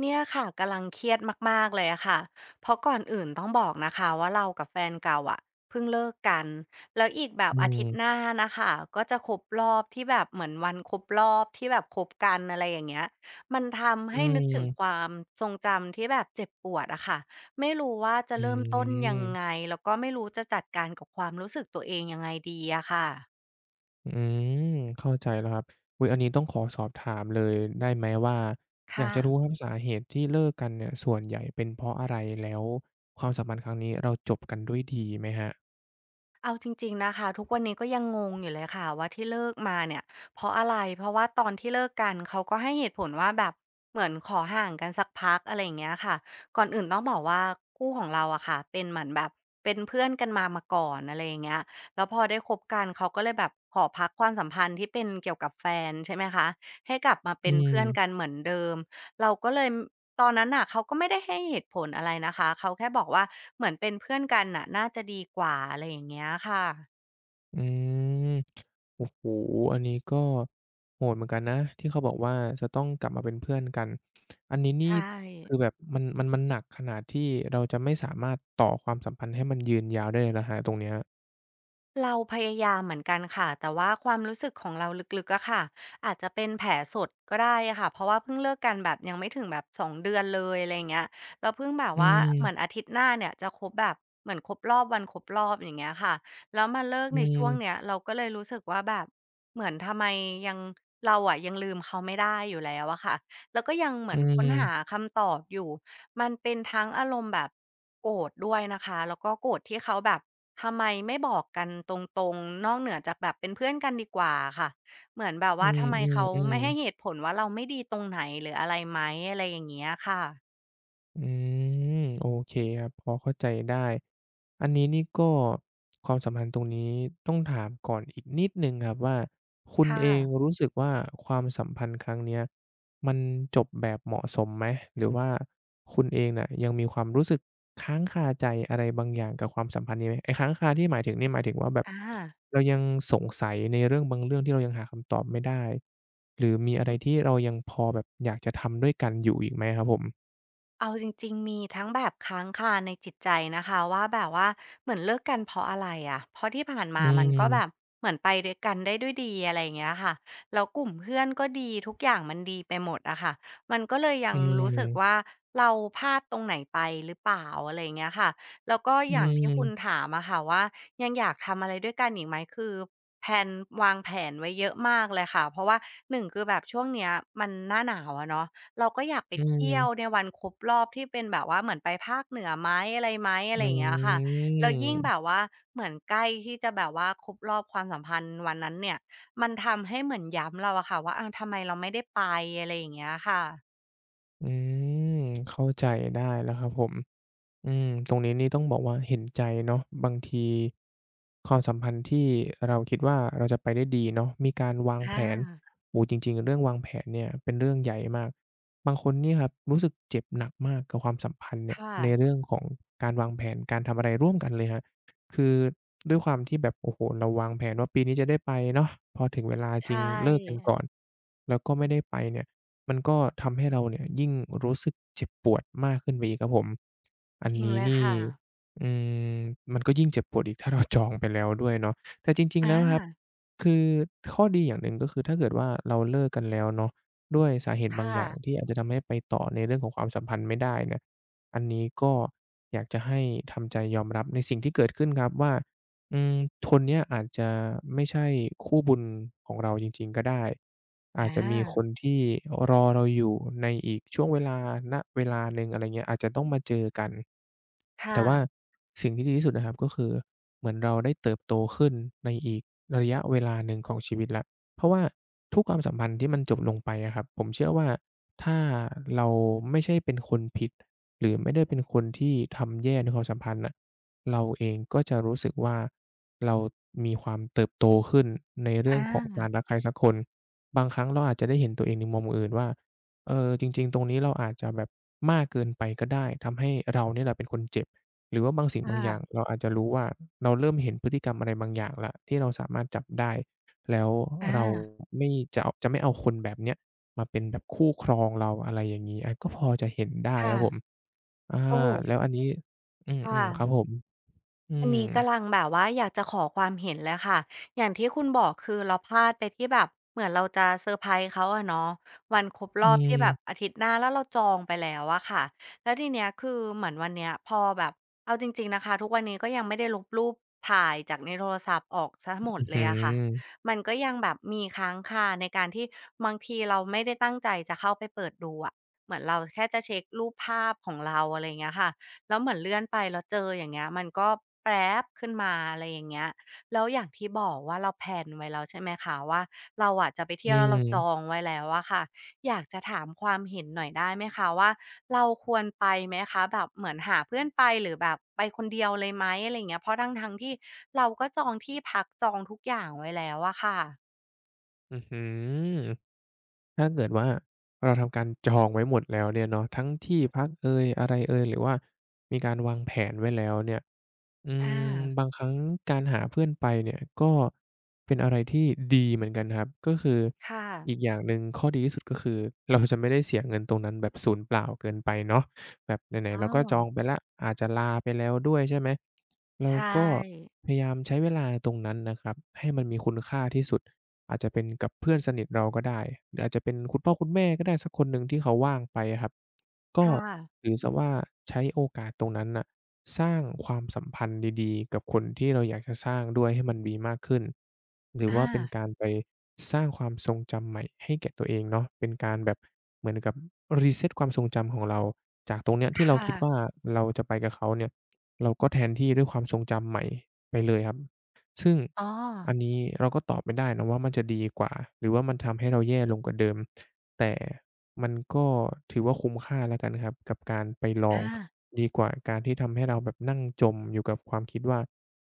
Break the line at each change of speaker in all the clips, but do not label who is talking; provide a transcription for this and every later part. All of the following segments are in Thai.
เนี่ยค่ะกำลังเครียดมากๆเลยอะค่ะเพราะก่อนอื่นต้องบอกนะคะว่าเรากับแฟนเก่าอะเพิ่งเลิกกันแล้วอีกแบบ
อื
อาทิตย์
ม
หน้านะคะก็จะครบรอบที่แบบเหมือนวันครบรอบที่แบบคบกันอะไรอย่างเงี้ยมันทำ
อื
ให้นึกถึงค
ม
วามทรงจำที่แบบเจ็บปวดอะค่ะไม่รู้ว่าจะ
อื
เริ่มต้นยั
ม
งไงแล้วก็ไม่รู้จะจัดการกับความรู้สึกตัวเองยังไงดีอะค่ะ
อืม เข้าใจแล้วครับอุ๊ยอันนี้ต้องขอสอบถามเลยได้ไหมว่าอยาก
ค่ะ
จะรู้ครับสาเหตุที่เลิกกันเนี่ยส่วนใหญ่เป็นเพราะอะไรแล้วความสัมพันธ์ครั้งนี้เราจบกันด้วยดีไหมครับ
เอาจริงๆนะคะทุกวันนี้ก็ยังงงอยู่เลยค่ะว่าที่เลิกมาเนี่ยเพราะอะไรเพราะว่าตอนที่เลิกกันเขาก็ให้เหตุผลว่าแบบเหมือนขอห่างกันสักพักอะไรอย่างเงี้ยค่ะก่อนอื่นต้องบอกว่าคู่ของเราอะค่ะเป็นเหมือนแบบเป็นเพื่อนกันมามาก่อนอะไรอย่างเงี้ยแล้วพอได้คบกันเขาก็เลยแบบขอพักความสัมพันธ์ที่เป็นเกี่ยวกับแฟนใช่ไหมคะให้กลับมา
อื
เป็นเพื่อนกัน
ม
เหมือนเดิม เราก็เลยตอนนั้นน่ะเขาก็ไม่ได้ให้เหตุผลอะไรนะคะเขาแค่บอกว่าเหมือนเป็นเพื่อนกันน่ะน่าจะดีกว่าอะไรอย่างเงี้ยค่ะ
อืมโอ้โฮอันนี้ก็โหดเหมือนกันนะที่เขาบอกว่าจะต้องกลับมาเป็นเพื่อนกันอันนี้นี่
ใช่
คือแบบมันหนักขนาดที่เราจะไม่สามารถต่อความสัมพันธ์ให้มันยืนยาวได้เลยนะครับตรงเนี้ย
เราพยายามเหมือนกันค่ะแต่ว่าความรู้สึกของเราลึกๆอะค่ะอาจจะเป็นแผลสดก็ได้อะค่ะเพราะว่าเพิ่งเลิกกันแบบยังไม่ถึงแบบ2เดือนเลยอะไราเงี้ยแล้วเพิ่งแบบ
อื
ว่าเหมือน
ม
อาทิตย์หน้าเนี่ยจะครบแบบเหมือนครบรอบวันครบรอบอย่างเงี้ยค่ะแล้วมาเลิก
อื
ในช่วงเนี้ย
ม
เราก็เลยรู้สึกว่าแบบเหมือนทำไมยังเราอะยังลืมเขาไม่ได้อยู่แล้วอะค่ะแล้วก็ยังเหมื
อื
อนค้นหา
ม
คำตอบอยู่มันเป็นทั้งอารมณ์แบบโกรธด้วยนะคะแล้วก็โกรธที่เขาแบบ ทำไมไม่บอกกันตรงๆนอกเหนือจากแบบเป็นเพื่อนกันดีกว่าค่ะ เหมือนแบบ
อื
ว่า
ม
ทำไมเขา
ออ
ไม่ให้เห
ๆ
ตุผลว่าเราไม่ดีตรงไหนหรืออะไรไหมอะไรอย่างเงี้ยค่ะ
อืมโอเคครับพอเข้าใจได้อันนี้นี่ก็ความสัมพันธ์ตรงนี้ต้องถามก่อนอีกนิดหนึ่งครับว่าคุณ
ค่ะ
เองรู้สึกว่าความสัมพันธ์ครั้งเนี้ยมันจบแบบเหมาะสมไหมหรือว่าคุณเองน่ะยังมีความรู้สึกค้างคาใจอะไรบางอย่างกับความสัมพันธ์นี้ไหมไอ้ค้างคาที่หมายถึงนี่หมายถึงว่าแบบ
อา
เรายังสงสัยในเรื่องบางเรื่องที่เรายังหาคำตอบไม่ได้หรือมีอะไรที่เรายังพอแบบอยากจะทำด้วยกันอยู่อีกไหมครับผม
เอาจริงๆมีทั้งแบบค้างคาในจิตใจนะคะว่าแบบว่าเหมือนเลิกกันเพราะอะไรอะเพราะที่ผ่าน
อื
มามันก็แบบ
ม
เหมือนไปด้วยกันได้ด้วยดีอะไรอย่างเงี้ยค่ะแล้วกลุ่มเพื่อนก็ดีทุกอย่างมันดีไปหมดอะค่ะมันก็เลยยั
อื
งรู้สึกว่า
ม
เราพลาดตรงไหนไปหรือเปล่าอะไรอย่างเงี้ยค่ะแล้วก็
อื
อย่างที่คุณถา
ม
มอะค่ะว่ายังอยากทำอะไรด้วยกันอีกไหมคือแพลนวางแผนไว้เยอะมากเลยค่ะเพราะว่าหนึ่งคือแบบช่วงเนี้ยมันหน้าหนาวอะเนาะ เราก็อยากไป
อื
เที่ยวใน
ม
วันครบรอบที่เป็นแบบว่าเหมือนไปภาคเหนือไหมอะไรไหมอะ
อื
ไรอย่างเงี้ยค่ะ
ม
แล้วยิ่งแบบว่าเหมือนใกล้ที่จะแบบว่าครบรอบความสัมพันธ์วันนั้นเนี่ยมันทำให้เหมือนย้ำเราอะค่ะว่าอ้าวทำไมเราไม่ได้ไปอะไรอย่างเงี้ยค่ะ
อืมเข้าใจได้แล้วครับผม อืมตรงนี้นี่ต้องบอกว่าเห็นใจเนาะบางทีความสัมพันธ์ที่เราคิดว่าเราจะไปได้ดีเนาะมีการวางแผ
อา
นโอ้โฮจริงๆเรื่องวางแผนเนี่ยเป็นเรื่องใหญ่มากบางคนนี่ครับรู้สึกเจ็บหนักมากกับความสัมพันธ์เนี่ย
ค่ะ
ในเรื่องของการวางแผนการทำอะไรร่วมกันเลยครับคือด้วยความที่แบบโอ้โฮเราวางแผนว่าปีนี้จะได้ไปเนาะพอถึงเวลา
ใช
จริงเลิกกัน
่
ก่อนแล้วก็ไม่ได้ไปเนี่ย มันก็ทำให้เราเนี่ยยิ่งรู้สึกเจ็บปวดมากขึ้นไปอีกครับผมอัน
จริง
นี้
เลย
นี่
ค่ะ
อืมมันก็ยิ่งเจ็บปวดอีก ถ้าเราจองไปแล้วด้วยเนาะแต่จริงๆ
อา
แล้วครับคือข้อดีอย่างหนึ่งก็คือถ้าเกิดว่าเราเลิกกันแล้วเนาะด้วยสาเหตุบางอ
ค่ะ
ย่างที่อาจจะทำให้ไปต่อในเรื่องของความสัมพันธ์ไม่ได้เนี่ยอันนี้ก็อยากจะให้ทำใจยอมรับในสิ่งที่เกิดขึ้นครับว่า อืมคนเนี้ยอาจจะไม่ใช่คู่บุญของเราจริงๆก็ได้
อ
อาจจะมีค
า
นที่รอเราอยู่ในอีกช่วงเวลาณเวลาหนึ่งอะไรเงี้ยอาจจะต้องมาเจอกัน
ค
แต่ว่า
่ะ
สิ่งที่ดีที่สุดนะครับก็คือเหมือนเราได้เติบโตขึ้นในอีกระยะเวลาหนึ่งของชีวิตแล้วเพราะว่าทุกความสัมพันธ์ที่มันจบลงไปอะครับผมเชื่อว่าถ้าเราไม่ใช่เป็นคนผิดหรือไม่ได้เป็นคนที่ทำแย่ในความสัมพันธ์น่ะ เราเองก็จะรู้สึกว่าเรามีความเติบโตขึ้นในเรื่อ
อ
งของการ
า
รักใครสักคนบางครั้งเราอาจจะได้เห็นตัวเองในมุมอื่นว่าเออจริงๆตรงนี้เราอาจจะแบบมากเกินไปก็ได้ทำให้เราเนี่ยแหละเป็นคนเจ็บหรือว่าบางสิ่งบางอย่าง
ค่ะ
เราอาจจะรู้ว่าเราเริ่มเห็นพฤติกรรมอะไรบางอย่างแล้วที่เราสามารถจับได้แล้ว
อา
เราไม่จะเอาจะไม่เอาคนแบบเนี้ยมาเป็นแบบคู่ครองเราอะไรอย่างงี้อาก็พอจะเห็นได้ค
ค่ะ
รับผมอา
โอ้
แล้วอันนี้อื
ค่ะ
มๆครับผม อื
อัน
ม
นี้กำลังแบบว่าอยากจะขอความเห็นเลยค่ะอย่างที่คุณบอกคือเราพลาดไปที่แบบเหมือนเราจะเซอร์ไพรส์เขาอะเนาะวันครบร
อื
อบที่
ม
แบบอาทิตย์หน้าแล้วเราจองไปแล้วอะค่ะแล้วทีเนี้ยคือเหมือนวันเนี้ยพอแบบเอาจริงๆนะคะทุกวันนี้ก็ยังไม่ได้ลบรูปถ่ายจากในโทรศัพท์ออกเสียหมด
อื้อ
เล
ฮื
ยอะค่ะ
อ
มันก็ยังแบบมีค้างคาในการที่บางทีเราไม่ได้ตั้งใจจะเข้าไปเปิดดูอะเหมือนเราแค่จะเช็ครูปภาพของเราอะไรอย่างเงี้ยค่ะ แล้วเหมือนเลื่อนไปแล้วเจออย่างเงี้ยมันก็แปร๊บขึ้นมาอะไรอย่างเงี้ยแล้วอย่างที่บอกว่าเราแพลนไว้แล้วใช่ไหมคะว่าเราอะจะไปเที่
อื
ยวแล้วเราจอง
ม
ไว้แล้วอะค่ะอยากจะถามความเห็นหน่อยได้ไหมคะว่าเราควรไปไหมคะแบบเหมือนหาเพื่อนไปหรือแบบไปคนเดียวเลยไหมอะไรอย่างเงี้ยเพราะทั้งๆที่เราก็จองที่พักจองทุกอย่างไว้แล้วอะค่ะ
อื้อฮือถ้าเกิดว่าเราทำการจองไว้หมดแล้วเนี่ยเนาะทั้งที่พักเอยอะไรเอยหรือว่ามีการวางแผนไว้แล้วเนี่ย อื
อา
มบางครั้งการหาเพื่อนไปเนี่ยก็เป็นอะไรที่ดีเหมือนกันครับก็คือ
ค่ะ
อีกอย่างหนึ่งข้อดีที่สุดก็คือเราจะไม่ได้เสียเงินตรงนั้นแบบศูนย์เปล่าเกินไปเนาะแบบไหน
อ้
ๆ
อ
เราก็จองไปแล้วอาจจะลาไปแล้วด้วยใช่ไหมเรา
ใช่
ก็พยายามใช้เวลาตรงนั้นนะครับให้มันมีคุณค่าที่สุดอาจจะเป็นกับเพื่อนสนิทเราก็ได้หรืออาจจะเป็นคุณพ่อคุณแม่ก็ได้สักคนหนึ่งที่เขาว่างไปอะครับก็
ค่ะ
ถือเสียว่าใช้โอกาสตรงนั้นน่ะ สร้างความสัมพันธ์ดีๆกับคนที่เราอยากจะสร้างด้วยให้มันดีมากขึ้นหรือว่า
อา
เป็นการไปสร้างความทรงจำใหม่ให้แก่ตัวเองเนาะเป็นการแบบเหมือนกับ reset ความทรงจำของเราจากตรงเนี้ยที่เรา
ค่ะ
คิดว่าเราจะไปกับเขาเนี่ยเราก็แทนที่ด้วยความทรงจำใหม่ไปเลยครับซึ่ง
อ๋อ
อันนี้เราก็ตอบไม่ได้นะว่ามันจะดีกว่าหรือว่ามันทำให้เราแย่ลงกว่าเดิมแต่ มันก็ถือว่าคุ้มค่าแล้วกันครับกับการไปลอง
อา
ดีกว่าการที่ทำให้เราแบบนั่งจมอยู่กับความคิดว่า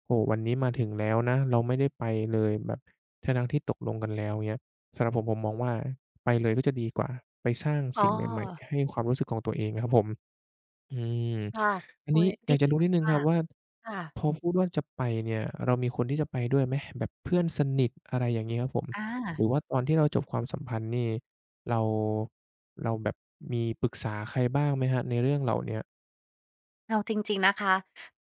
โอ้โฮวันนี้มาถึงแล้วนะเราไม่ได้ไปเลยแบบทั้งๆที่ตกลงกันแล้วเงี้ยสำหรับผมผมมองว่าไปเลยก็จะดีกว่าไปสร้าง
อ๋อ
สิ่งใหม่ๆให้ความรู้สึกของตัวเองอะครับผม อืม
ค่ะ
อัน
โอ้
นี้
ย
อ
ดี
ยากจะรู้นิดหนึ่งค
มา
รับ
ก
ว่า
ๆค่ะ
พอพูดว่าจะไปเนี่ยเรามีคนที่จะไปด้วยไหมแบบเพื่อนสนิทอะไรอย่างงี้ครับผม
อา
หรือว่าตอนที่เราจบความสัมพันธ์นี่เราเราแบบมีปรึกษาใครบ้างไหมครับในเรื่องเหล่าเนี้ย
เอาจริงๆนะคะ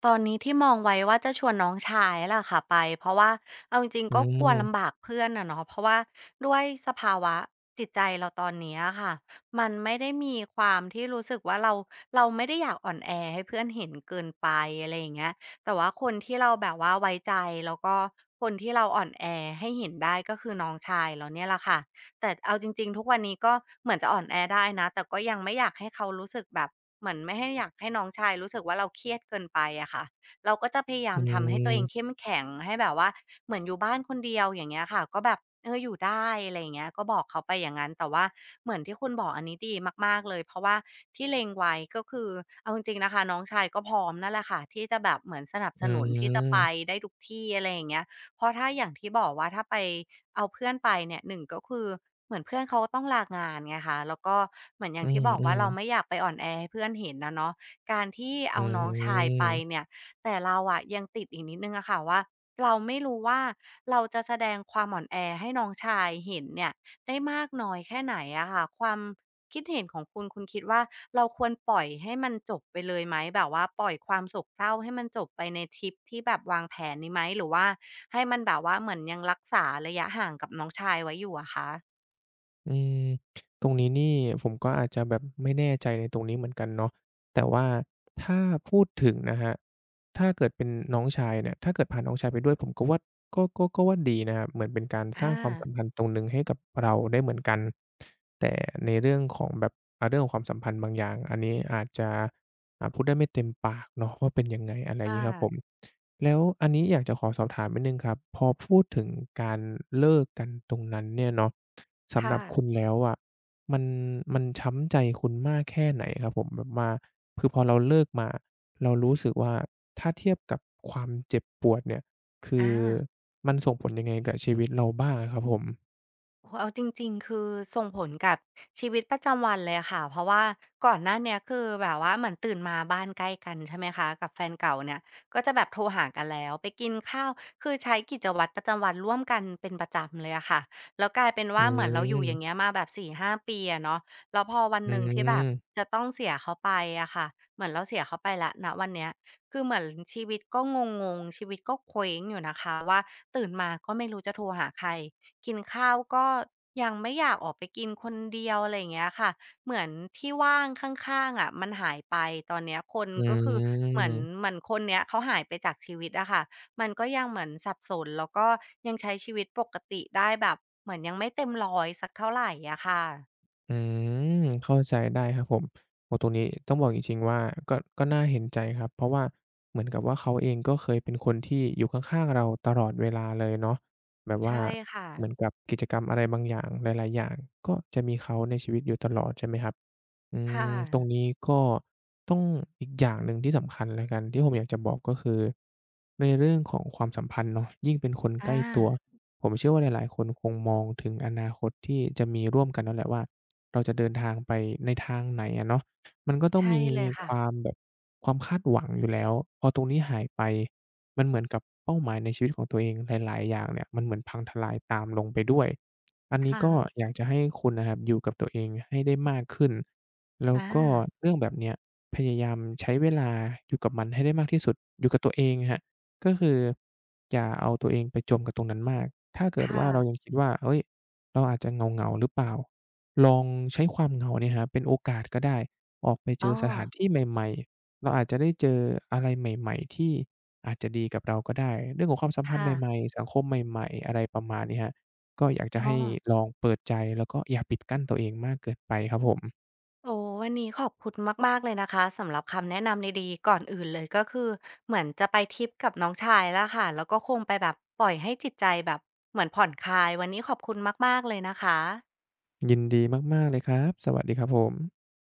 ตอนนี้ที่มองไว้ว่าจะชวนน้องชายล่ะค่ะไป เพราะว่าเอาจริง
อื
ๆ ก็กลัวลำ
ม
บากเพื่อนอะเนาะเพราะว่าด้วยสภาวะจิตใจเราตอนเนี้ยอะค่ะมันไม่ได้มีความที่รู้สึกว่าเราไม่ได้อยากอ่อนแอให้เพื่อนเห็นเกินไปอะไรอย่างเงี้ยแต่ว่าคนที่เราแบบว่าไว้ใจแล้วก็คนที่เราอ่อนแอให้เห็นได้ก็คือน้องชายเราเนี่ยแหละค่ะ แต่เอาจริงๆทุกวันนี้ก็เหมือนจะอ่อนแอได้นะแต่ก็ยังไม่อยากให้เขารู้สึกแบบเหมือนไม่ให้อยากให้น้องชายรู้สึกว่าเราเครียดเกินไปอะค่ะเราก็จะพยายา
อื
มทำให้ตัวเอง
ม
เข้มแข็งให้แบบว่าเหมือนอยู่บ้านคนเดียวอย่างเงี้ยค่ะก็แบบเอออยู่ได้อะไรอย่างเงี้ยก็บอกเขาไปอย่างงั้นแต่ว่าเหมือนที่คุณบอกอันนี้ดีมากๆเลยเพราะว่าที่เล็งไว้ก็คือเอาจริงๆนะคะน้องชายก็พร้อมนั่นแหละค่ะที่จะแบบเหมือนสนับส
อื
นุนที่จะไป
ม
ได้ทุกที่อะไรอย่างเงี้ยเพราะถ้าอย่างที่บอกว่าถ้าไป เอาเพื่อนไปเนี่ยหนึ่งก็คือเหมือนเพื่อนเขาก็ต้องลางานไงคะแล้วก็เหมือนอ
อื
ย่างที่
ม
บอก
อื
ว่า
ม
เราไม่อยากไปอ่อนแอให้เพื่อนเห็นนะเนาะการที่
อื
เอาน้องชายไป
ม
เนี่ยแต่เราอะยังติดอีกนิดหนึ่งอะค่ะว่าเราไม่รู้ว่าเราจะแสดงความอ่อนแอให้น้องชายเห็นเนี่ยได้มากน้อยแค่ไหนอะค่ะความคิดเห็นของคุณคิดว่าเราควรปล่อยให้มันจบไปเลยไหมแบบว่าปล่อยความโศกเศร้าให้มันจบไปในทริปที่แบบวางแผนนี้ไหมหรือว่า ให้มันแบบว่าเหมือนยังรักษาระยะห่างกับน้องชายไว้อยู่อะคะ
อืมตรงนี้นี่ผมก็อาจจะแบบไม่แน่ใจในตรงนี้เหมือนกันเนาะแต่ว่าถ้าพูดถึงนะครับถ้าเกิดเป็นน้องชายเนี่ยถ้าเกิดพาน้องชายไปด้วยผมก็ว่าก็ว่าดีนะครับเหมือนเป็นการสร้า
อา
งความสัมพันธ์ตรงหนึ่งให้กับเราได้เหมือนกันแต่ในเรื่องของแบบเรื่องของความสัมพันธ์บางอย่างอันนี้อาจจะพูดได้ไม่เต็มปากเนาะว่าเป็นยังไงอะไรอ
ค่
ย่างงี้ครับผม
ะ
แล้วอันนี้อยากจะขอสอบถามนิดหนึ่งครับพอพูดถึงการเลิกกันตรงนั้นเนี่ยเนาะสำห
ค่ะ
รับคุณแล้วอะมันมันช้ำใจคุณมากแค่ไหนครับผมแบบว่าคือพอเราเลิกมาเรารู้สึกว่าถ้าเทียบกับความเจ็บปวดเนี่ยคือ
อา
มันส่งผลยังไงกับชีวิตเราบ้างอะครับผม
โอ้โฮเอาจริงๆคือส่งผลกับชีวิตประจำวันเลยค่ะเพราะว่าก่อนหน้าเนี้ยคือแบบว่าเหมือนตื่นมาบ้านใกล้กันใช่ไหมคะกับแฟนเก่าเนี่ยก็จะแบบโทรหากันแล้วไปกินข้าวคือใช้กิจวัตรประจำวันร่วมกันเป็นประจำเลยอะค่ะแล้วกลายเป็น
อื
ว่าเหมือนเราอยู่อย่าง
ม
เงี้ยมาแบบสี่ห้าปีอะเนาะแล้วพอวัน
อื
หนึ่งที่แบบ
ม
จะต้องเสียเขาไปอะค่ะเหมือนเราเสียเขาไปแล้วณวันเนี้ยคือเหมือนชีวิตก็งงๆชีวิตก็เคว้งอยู่นะคะว่าตื่นมาก็ไม่รู้จะโทรหาใคร กินข้าวก็ยังไม่อยากออกไปกินคนเดียวอะไรอย่างเงี้ยค่ะเหมือนที่ว่างข้างๆอะมันหายไปตอนเนี้ยคน
อื
ก็คือเหมือน
ม
เหมือนคนเนี้ยเขาหายไปจากชีวิตอะค่ะมันก็ยังเหมือนสับสนแล้วก็ยังใช้ชีวิตปกติได้แบบเหมือนยังไม่เต็มร้อยสักเท่าไรอะค่ะ
อืมเข้าใจได้ครับผมโอ้ตรงนี้ต้องบอกจริงๆว่าก็น่าเห็นใจครับเพราะว่าเหมือนกับว่าเขาเองก็เคยเป็นคนที่อยู่ข้างๆเราตลอดเวลาเลยเนาะแบบว่า
ใช่ค่ะ
เหมือนกับกิจกรรมอะไรบางอย่างหลายๆอย่างก็จะมีเขาในชีวิตอยู่ตลอดใช่ไหมครับ อืม
ค่ะ
ตรงนี้ก็ต้องอีกอย่างหนึ่งที่สำคัญแล้วกันที่ผมอยากจะบอกก็คือในเรื่องของความสัมพันธ์เนาะยิ่งเป็นคนใก
อา
ล้ตัวผมเชื่อว่าหลายๆคนคงมองถึงอนาคตที่จะมีร่วมกันนั่นแหละว่าเราจะเดินทางไปในทางไหนอะเนาะมันก็ต้อง
ใช่
มี
เลย
ค
ค่ะ
วามแบบความคาดหวังอยู่แล้วพอตรงนี้หายไปมันเหมือนกับเป้าหมายในชีวิตของตัวเองหลายๆอย่างเนี่ยมันเหมือนพังทลายตามลงไปด้วยอันนี้
ค่ะ
ก็อยากจะให้คุณนะครับอยู่กับตัวเองให้ได้มากขึ้น แล้ว
อา
ก็เรื่องแบบเนี้ยพยายามใช้เวลาอยู่กับมันให้ได้มากที่สุดอยู่กับตัวเองครับก็คืออย่าเอาตัวเองไปจมกับตรงนั้นมากถ้าเกิดว่า
ค่ะ
เรายังคิดว่าเฮ้ยเราอาจจะเหงาๆหรือเปล่าลองใช้ความเหงาเนี่ยครับเป็นโอกาสก็ได้ออกไปเจ
อ้อ
อสถานที่ใหม่ๆเราอาจจะได้เจออะไรใหม่ๆที่อาจจะดีกับเราก็ได้เรื่องของความสัมพันธ์
ค่ะ
ใหม่ๆสังคมใหม่ๆอะไรประมาณนี้ครับก็อยากจะ
อ้อ
ให้ลองเปิดใจแล้วก็อย่าปิดกั้นตัวเองมากเกินไปครับผม
โอ้วันนี้ขอบคุณมากๆเลยนะคะสำหรับคำแนะนำดีๆก่อนอื่นเลยก็คือเหมือนจะไปทริปกับน้องชายแล้วค่ะแล้วก็คงไปแบบปล่อยให้จิตใจแบบเหมือนผ่อนคลายวันนี้ขอบคุณมากๆเลยนะคะ
ยินดีมากๆเลยครับ สวัสดีครับผม